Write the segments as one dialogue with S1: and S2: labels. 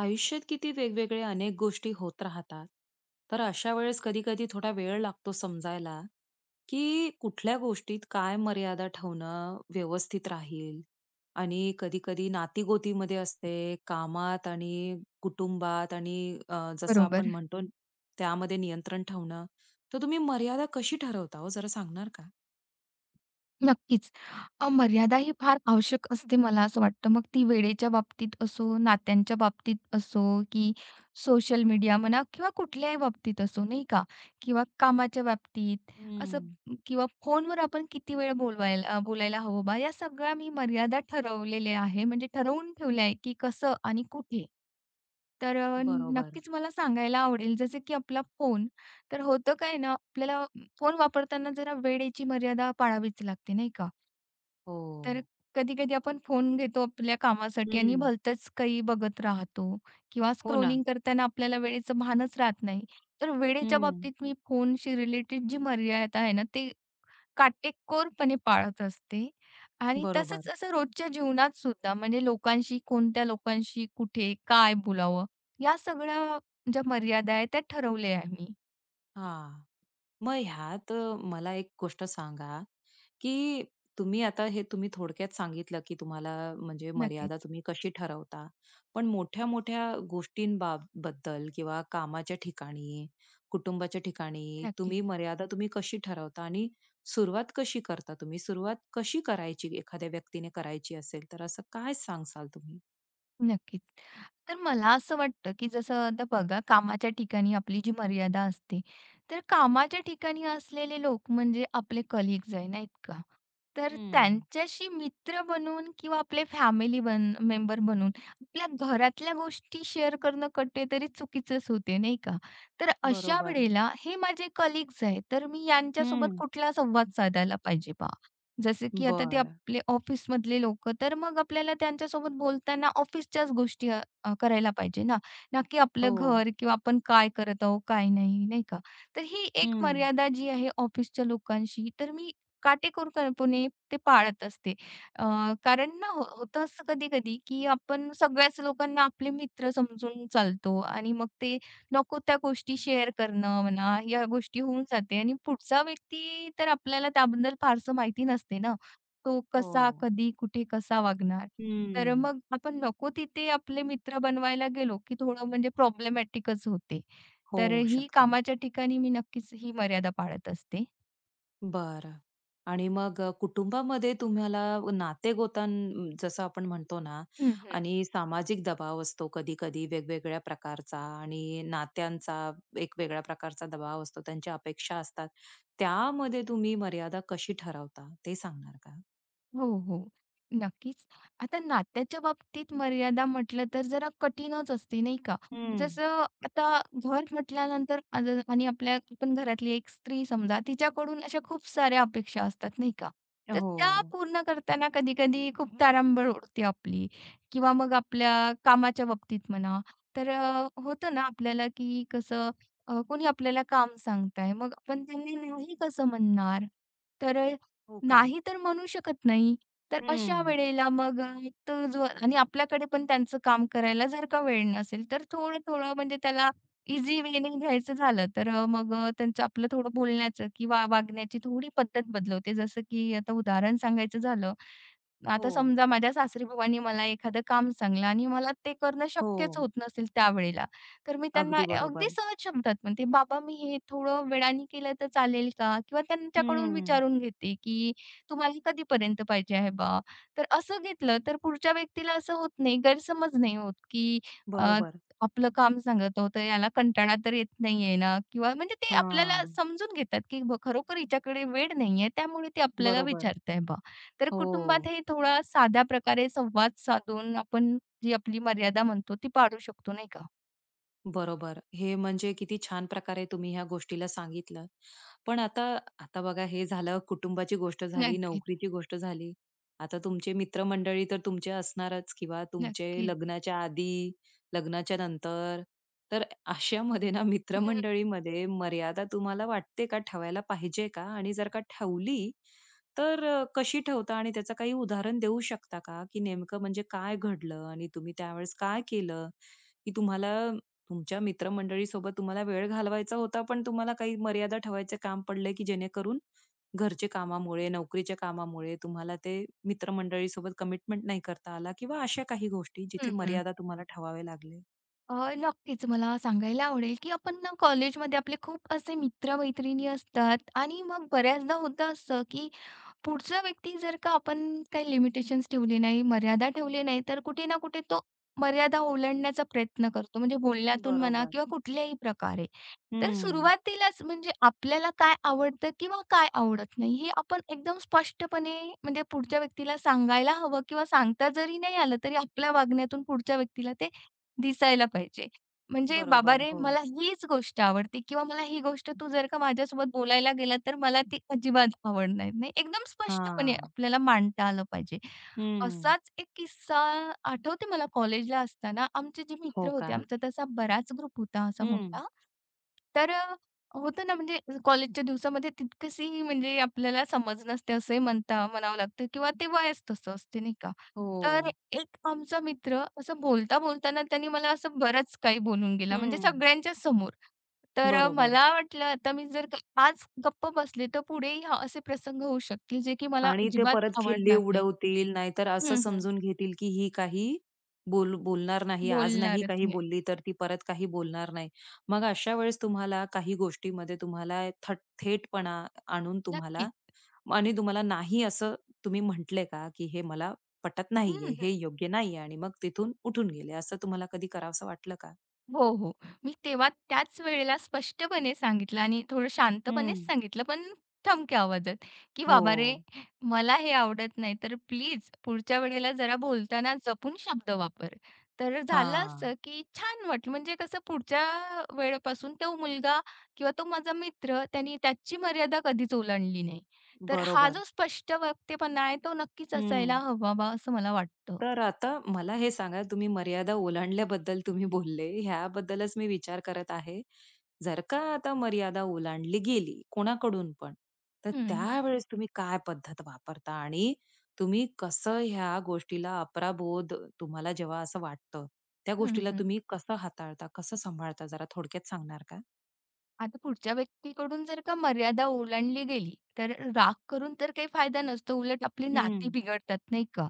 S1: आयुष्यात किती वेगवेगळे अनेक गोष्टी होत राहतात. तर अशा वेळेस कधी-कधी थोडा वेळ लागतो समजायला, की कुठल्या गोष्टीत काय मर्यादा ठेवणं व्यवस्थित राहील आणि कधी-कधी नाती-गोतीमध्ये असते, कामात आणि कुटुंबात आणि जसं आपण
S2: बरोबर,
S1: म्हणतो त्यामध्ये नियंत्रण ठेवणं. तर तुम्ही मर्यादा कशी ठरवता हो? जरा सांगणार का?
S2: नक्कीच. मर्यादा ही फार आवश्यक असते मला असं वाटतं. मग ती वेळेच्या बाबतीत असो, नात्यांच्या बाबतीत असो, की सोशल मीडिया म्हणा किंवा कुठल्याही बाबतीत असो, नाही का? किंवा कामाच्या बाबतीत असं
S1: हं.
S2: किंवा फोनवर आपण किती वेळ बोलायला हवं बा, या सगळ्या मी मर्यादा ठरवलेल्या आहे, म्हणजे ठरवून ठेवल्या आहे, की कसं आणि कुठे. तर
S1: बरोबर.
S2: नक्कीच मला सांगायला आवडेल जसं की आपला फोन. तर होतं काय ना, आपल्याला फोन वापरताना जरा वेळेची मर्यादा पाळावीच लागते, नाही का?
S1: हो.
S2: तर कधी-कधी आपण फोन घेतो आपल्या कामासाठी आणि
S1: हं.
S2: भलतंच काही बघत राहतो किंवा
S1: हो ना.
S2: स्क्रोलिंग करताना आपल्याला वेळेचं भानच राहत नाही. तर वेळेच्या
S1: हं.
S2: बाबतीत मी फोनशी रिलेटेड जी मर्यादा आहे ना, ते काटेकोरपणे पाळत असते. आणि तसंच
S1: बरोबर.
S2: असं रोजच्या जीवनात सुद्धा म्हणजे लोकांशी, कोणत्या लोकांशी, कुठे, काय बोलावं, या सगळ्या ज्या मर्यादा आहेत त्या ठरवल्या आहे मी.
S1: हां. मग ह्यात मला एक गोष्ट सांगा, की तुम्ही आता हे तुम्ही थोडक्यात सांगितलं, की तुम्हाला म्हणजे मर्यादा
S2: नक्कीच,
S1: तुम्ही कशी ठरवता. पण मोठ्या-मोठ्या बद्दल किंवा कामाच्या ठिकाणी, कुटुंबाच्या ठिकाणी तुम्ही
S2: नक्कीच,
S1: मर्यादा तुम्ही कशी ठरवता आणि सुरुवात कशी करता तुम्ही? सुरुवात कशी करायची एखाद्या व्यक्तीने करायची असेल तर असं काय सांगाल तुम्ही?
S2: नक्कीच. तर मला असं वाटतं, की जसं आता बघा कामाच्या ठिकाणी आपली जी मर्यादा असते, तर कामाच्या ठिकाणी असलेले लोक म्हणजे आपले कलीग्स आहे, नाहीत का? तर
S1: हं.
S2: त्यांच्याशी मित्र बनून किंवा आपले फॅमिली मेंबर बनून आपल्या घरातल्या गोष्टी शेअर करणं कुठेतरी चुकीचंच होते, नाही का? तर अशा
S1: बरोबर.
S2: वेळेला हे माझे कलीग्स आहेत, तर मी यांच्यासोबत
S1: हं.
S2: कुठला संवाद साधायला पाहिजे पहा? जसे की आता ते
S1: बरं.
S2: आपले ऑफिसमधले लोकं, तर मग आपल्याला त्यांच्यासोबत बोलताना ऑफिसच्याच गोष्टी करायला पाहिजे ना, ना की आपलं
S1: हो.
S2: घर किंवा आपण काय करत आहोत, काय नाही, नाही का? तर ही एक
S1: हं.
S2: मर्यादा जी आहे ऑफिसच्या लोकांशी, तर मी काटेकोरपणे ते पाळत असते. अ, कारण ना हो होतं असं कधी-कधी, की आपण सगळ्याच लोकांना आपले मित्र समजून चालतो आणि मग ते नको त्या गोष्टी शेअर करणं म्हणा, या गोष्टी होऊन जाते आणि पुढचा व्यक्ती तर आपल्याला त्याबद्दल फारसं माहिती नसते ना. तो कसा,
S1: हो.
S2: कधी, कुठे, कसा वागणार? तर
S1: हं.
S2: मग आपण नको तिथे आपले मित्र बनवायला गेलो, की थोडं म्हणजे प्रॉब्लेमॅटिकच होते. तर
S1: होऊ
S2: ही
S1: शकते.
S2: कामाच्या ठिकाणी मी नक्कीच ही मर्यादा पाळत असते.
S1: बरं. आणि मग कुटुंबामध्ये तुम्हाला नातेगोतां जसं आपण म्हणतो ना
S2: हं, हं.
S1: आणि सामाजिक दबाव असतो कधी-कधी वेगवेगळ्या प्रकारचा आणि नात्यांचा एक वेगळ्या प्रकारचा दबाव असतो. त्यांच्या अपेक्षा असतात. त्यामध्ये तुम्ही मर्यादा कशी ठरवता ते सांगणार का?
S2: हो, हो. नक्कीच. आता नात्याच्या बाबतीत मर्यादा म्हटलं तर जरा कठीणच असते, नाही का?
S1: हं.
S2: जसं आता घर म्हटल्यानंतर आज आणि आपण घरातली एक स्त्री समजा, तिच्याकडून अशा खूप साऱ्या अपेक्षा असतात, नाही का? तर
S1: हो.
S2: त्या पूर्ण करताना कधी-कधी खूप तारांबळ उडते आपली किंवा मग आपल्या कामाच्या बाबतीत म्हणा. तर होतं ना आपल्याला की कसं कोणी आपल्याला काम सांगत मग आपण त्यांना नाही कसं म्हणणार? तर
S1: हो का?
S2: नाही तर म्हणू शकत नाही. तर अशा
S1: हं.
S2: वेळेला मग तो जो आणि आपल्याकडे पण त्यांचं काम करायला जर का वेळ नसेल, तर थोडं-थोडं म्हणजे त्याला इझी वेने घ्यायचं झालं, तर मग त्यांचं आपलं थोडं बोलण्याचं किंवा वागण्याची थोडी पद्धत बदलवते. जसं की आता उदाहरण सांगायचं झालं
S1: हो.
S2: आता समजा माझ्या सासरी-बाबांनी मला एखादं काम सांगलं आणि मला ते करणं
S1: हो.
S2: शक्यच होत नसेल त्यावेळेला, तर मी त्यांना
S1: अगदी
S2: अगदी
S1: बरोबर.
S2: सहज शब्दात म्हणते, "बाबा मी हे थोडं वेळाने केलं तर चालेल का?" किंवा त्यांच्याकडून
S1: हं.
S2: विचारून घेते, की "तुम्हाला कधीपर्यंत पाहिजे आहे बा?" तर असं घेतलं तर पुढच्या व्यक्तीला असं होत नाही, गैरसमज नाही होत, की अ,
S1: बरोबर.
S2: आपलं काम सांगत आहोत, याला कंटाळा तर येत नाहीये ना किंवा म्हणजे ते आपल्याला
S1: हां.
S2: समजून घेतात, की खरोखर हिच्याकडे वेळ नाहीये, त्यामुळे ते आपल्याला
S1: बरोबर.
S2: विचारत आहे तर
S1: हो.
S2: कुटुंबातही थोडा साध्या प्रकारे संवाद साधून आपण जी आपली मर्यादा म्हणतो ती पाड़ू शकतो, नाही का?
S1: बरोबर. हे म्हणजे किती छान प्रकारे तुम्ही ह्या गोष्टीला सांगितलं. पण आता आता बघा हे झालं कुटुंबाची गोष्ट झाली,
S2: नक्कीच,
S1: नोकरीची गोष्ट झाली. आता तुमचे मित्रमंडळी तर तुमचे असणारच किंवा तुमचे
S2: नक्कीच.
S1: लग्नाच्या आधी, लग्नाच्या नंतर. तर अशामध्ये ना
S2: हं,
S1: मित्रमंडळीमध्ये मर्यादा तुम्हाला वाटते का ठेवायला पाहिजे का? आणि जर का ठेवली, तर कशी ठेवता आणि त्याचं काही उदाहरण देऊ शकता का? की नेमकं म्हणजे काय घडलं आणि तुम्ही त्यावेळेस काय केलं? की तुम्हाला तुमच्या मित्रमंडळीसोबत तुम्हाला वेळ घालवायचा होता, पण तुम्हाला काही मर्यादा ठेवायचे काम पडले, की जेणेकरून घरच्या कामामुळे, नोकरीच्या कामामुळे तुम्हाला ते मित्रमंडळीसोबत कमिटमेंट नाही करता आला किंवा अशा काही गोष्टी जिथे
S2: हं, हं.
S1: मर्यादा तुम्हाला ठेवावे लागले.
S2: नक्कीच मला सांगायला आवडेल, की आपण ना कॉलेजमध्ये आपले खूप असे मित्र-मैत्रिणी असतात आणि मग बऱ्याचदा होतं असं, की पुढचा व्यक्ती जर का आपण काही लिमिटेशन्स ठेवली नाही, मर्यादा ठेवली नाही, तर कुठे ना कुठे तो मर्यादा ओलांडण्याचा प्रयत्न करतो. म्हणजे बोलण्यातून म्हणा
S1: बरोबर.
S2: किंवा कुठल्याही प्रकारे. तर
S1: हं.
S2: सुरुवातीलाच म्हणजे आपल्याला काय आवडतं किंवा काय आवडत नाही, हे आपण एकदम स्पष्टपणे म्हणजे पुढच्या व्यक्तीला सांगायला हवं किंवा सांगता जरी नाही आलं, तरी आपल्या वागण्यातून पुढच्या व्यक्तीला ते दिसायला पाहिजे. म्हणजे बाबा
S1: बरोबर.
S2: रे,
S1: हो.
S2: मला हीच गोष्ट आवडते किंवा मला ही गोष्ट तू जर का माझ्यासोबत बोलायला गेला तर मला ती अजिबात आवडणार नाही. एकदम स्पष्टपणे
S1: हां.
S2: आपल्याला मांडता आलं पाहिजे.
S1: हं.
S2: असाच एक किस्सा आठवते मला कॉलेजला असताना आमचे जे
S1: हो
S2: मित्र
S1: का?
S2: होते, आमचा तसा बराच ग्रुप होता असा
S1: हं.
S2: मोठा. तर होतं ना म्हणजे कॉलेजच्या दिवसामध्ये तितकीशी म्हणजे आपल्याला समज नसते असंही म्हणता म्हणावं लागतं किंवा ते वयच तसं असते नाही का. तर
S1: हो.
S2: एक आमचा मित्र असं बोलताना त्यांनी मला असं बरंच काही बोलून गेला म्हणजे
S1: हं.
S2: सगळ्यांच्याच समोर. तर
S1: बरोबर.
S2: मला वाटलं आता मी जर का आज गप्प बसले तर पुढेही हा असे प्रसंग होऊ शकतील जे की मला
S1: आणि ते
S2: अजिबात
S1: परत खिल्ली
S2: आवडणार नाही.
S1: उडवतील, नाहीतर असं
S2: हं, हं.
S1: समजून घेतील, की ही काही बोलणार नाही. आज नाही
S2: बोलणारच
S1: काही
S2: नाही.
S1: बोलली, तर ती परत काही बोलणार नाही. मग अशा वेळेस तुम्हाला काही गोष्टीमध्ये तुम्हाला थेटपणा आणून तुम्हाला
S2: नक्कीच.
S1: आणि तुम्हाला नाही असं तुम्ही म्हटले का, की हे मला पटत
S2: हं,
S1: नाहीये, हे
S2: हं.
S1: योग्य नाहीये आणि मग तिथून उठून गेले. असं तुम्हाला कधी करावसं वाटलं का?
S2: हो, हो. मी तेव्हा त्याच वेळेला स्पष्टपणे सांगितलं आणि थोडं शांतपणेच
S1: हं.
S2: सांगितलं, पण ठमक्या आवाजात, की
S1: हो.
S2: "बाबा रे, मला हे आवडत नाही, तर प्लीज पुढच्या वेळेला जरा बोलताना जपून शब्द वापर." तर झालं असं,
S1: हां.
S2: की छान वाटलं. म्हणजे कसं पुढच्या वेळेपासून तो मुलगा किंवा तो माझा मित्र, त्याने त्याची मर्यादा कधीच ओलांडली नाही. तर हा
S1: बरोबर.
S2: जो स्पष्ट वक्तेपणा आहे, तो नक्कीच असायला
S1: हं.
S2: हवा बा, असं मला वाटतं.
S1: तर आता मला हे सांगा, तुम्ही मर्यादा ओलांडल्याबद्दल तुम्ही बोलले, ह्याबद्दलच मी विचार करत आहे. जर का आता मर्यादा ओलांडली गेली कोणाकडून पण, तर
S2: हं, हं.
S1: त्यावेळेस तुम्ही काय पद्धत वापरता आणि तुम्ही कसं ह्या गोष्टीला अपराबोध तुम्हाला जेव्हा असं वाटतं, त्या
S2: हं,
S1: गोष्टीला
S2: हं.
S1: तुम्ही कसं हाताळता, कसं सांभाळता जरा थोडक्यात सांगणार का?
S2: आता पुढच्या व्यक्तीकडून जर का मर्यादा ओलांडली गेली, तर राग करून तर काही फायदा नसतो. उलट आपली
S1: हं.
S2: नाती बिघडतात, नाही का?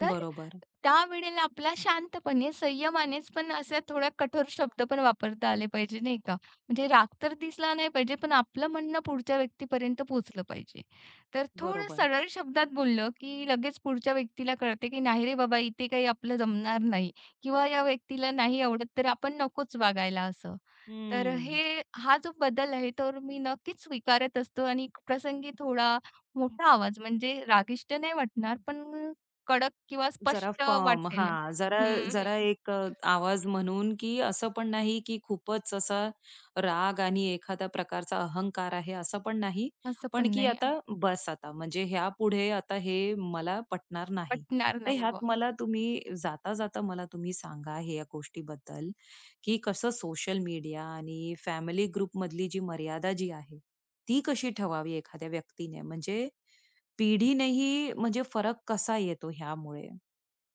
S2: तर
S1: बरोबर,
S2: त्यावेळेला आपला शांतपणे, संयमानेच पण असे थोड्या कठोर शब्द पण वापरता आले पाहिजे, नाही का? म्हणजे राग तर दिसला नाही पाहिजे, पण आपलं म्हणणं पुढच्या व्यक्तीपर्यंत पोहोचलं पाहिजे. तर थोडं
S1: बरोबर.
S2: सरळ शब्दात बोललं, की लगेच पुढच्या व्यक्तीला कळते, की "नाही रे बाबा, इथे काही आपलं जमणार नाही" किंवा "या व्यक्तीला नाही आवडत, तर आपण नकोच वागायला" असं. तर
S1: हं.
S2: हे हा जो बदल आहे तर मी नक्कीच स्वीकारत असतो आणि प्रसंगी थोडा मोठा आवाज म्हणजे रागिष्ट नाही वाटणार पण कडक किंवा
S1: जरा
S2: स्पष्ट
S1: फर्म
S2: वाटेल.
S1: हां. जरा
S2: हं,
S1: जरा एक आवाज म्हणून, की असं पण नाही, की खूपच असा राग आणि एखाद्या प्रकारचा अहंकार आहे, असं पण नाही.
S2: असं पण
S1: पण की
S2: नाही
S1: आता बस आता, म्हणजे पुढ़े आता हे मला पटणार नाही.
S2: पटणार
S1: तर
S2: नाही बुवा.
S1: ह्यात मला तुम्ही जाता-जाता मला तुम्ही सांगा ह्या गोष्टीबद्दल, की कसं सोशल मीडिया आणि फॅमिली ग्रुपमधली जी मर्यादा जी आहे, ती कशी ठेवावी एखाद्या व्यक्तीने? म्हणजे पिढीनेही म्हणजे फरक कसा येतो ह्यामुळे?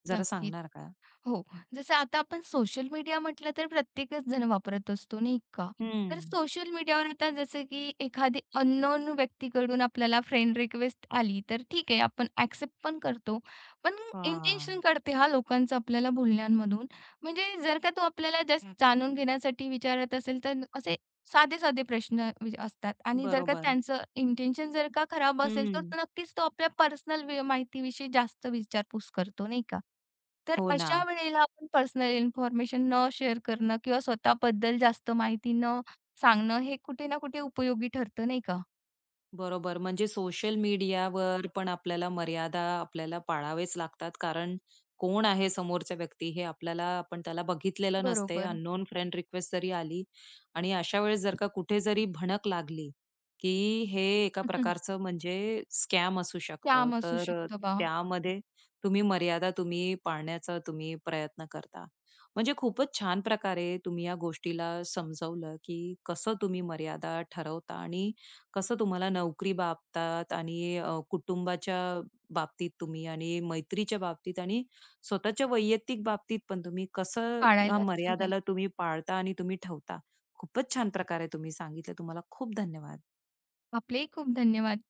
S1: जरा
S2: नक्कीच.
S1: सांगणार का?
S2: हो. जसं आता आपण सोशल मीडिया म्हटलं तर प्रत्येकच जण वापरत असतो, नाही का?
S1: हं.
S2: तर सोशल मीडियावर आता जसं की एखादी अननोन व्यक्तीकडून आपल्याला फ्रेंड रिक्वेस्ट आली, तर ठीक आहे आपण ॲक्सेप्ट पण करतो. पण
S1: हां,
S2: इंटेन्शन कळते हा लोकांचा आपल्याला बोलण्यांमधून. म्हणजे जर का तो आपल्याला जस्ट जाणून घेण्यासाठी विचारत असेल, तर असं साधे-साधे प्रश्न विच असतात आणि जर का
S1: बरोबर.
S2: त्यांचं इंटेन्शन जर का खराब असेल,
S1: हं.
S2: तर तो आपल्या पर्सनल वे माहितीविषयी जास्त विचारपूस करतो, नाही का? तर
S1: हो ना.
S2: अशा वेळेला आपण पर्सनल इन्फॉर्मेशन न शेअर करणं किंवा स्वतःबद्दल जास्त माहिती न सांगणं, हे कुठे ना कुठे उपयोगी ठरतं, नाही का?
S1: बरोबर. म्हणजे सोशल मीडियावर पण आपल्याला मर्यादा आपल्याला पाळावेच लागतात. कारण कोण आहे समोरचा व्यक्ती हे आपल्याला आपण त्याला बघितलेलं नसते.
S2: बरोबर.
S1: अननोन फ्रेंड रिक्वेस्ट जरी आली आणि अशा वेळेस जर का कुठे जरी भणक लागली, की हे एका प्रकारचं म्हणजे स्कॅम असू शकतं.
S2: काम असू
S1: तर
S2: शकतं बा,
S1: त्यामध्ये तुम्ही मर्यादा तुम्ही पाळण्याचा तुम्ही प्रयत्न करता. म्हणजे खूपच छान प्रकारे तुम्ही या गोष्टीला समजवलं, की कसं तुम्ही मर्यादा ठरवता आणि कसं तुम्हाला नोकरी बाबतात आणि कुटुंबाच्या बाबतीत तुम्ही आणि मैत्रीच्या बाबतीत आणि स्वतःच्या वैयक्तिक बाबतीत पण तुम्ही कसं ह्या
S2: पाळायलाच हवे.
S1: मर्यादाला तुम्ही पाळता आणि तुम्ही ठेवता. खूपच छान प्रकारे तुम्ही सांगितलं. तुम्हाला खूप धन्यवाद.
S2: आपलेही खूप धन्यवाद.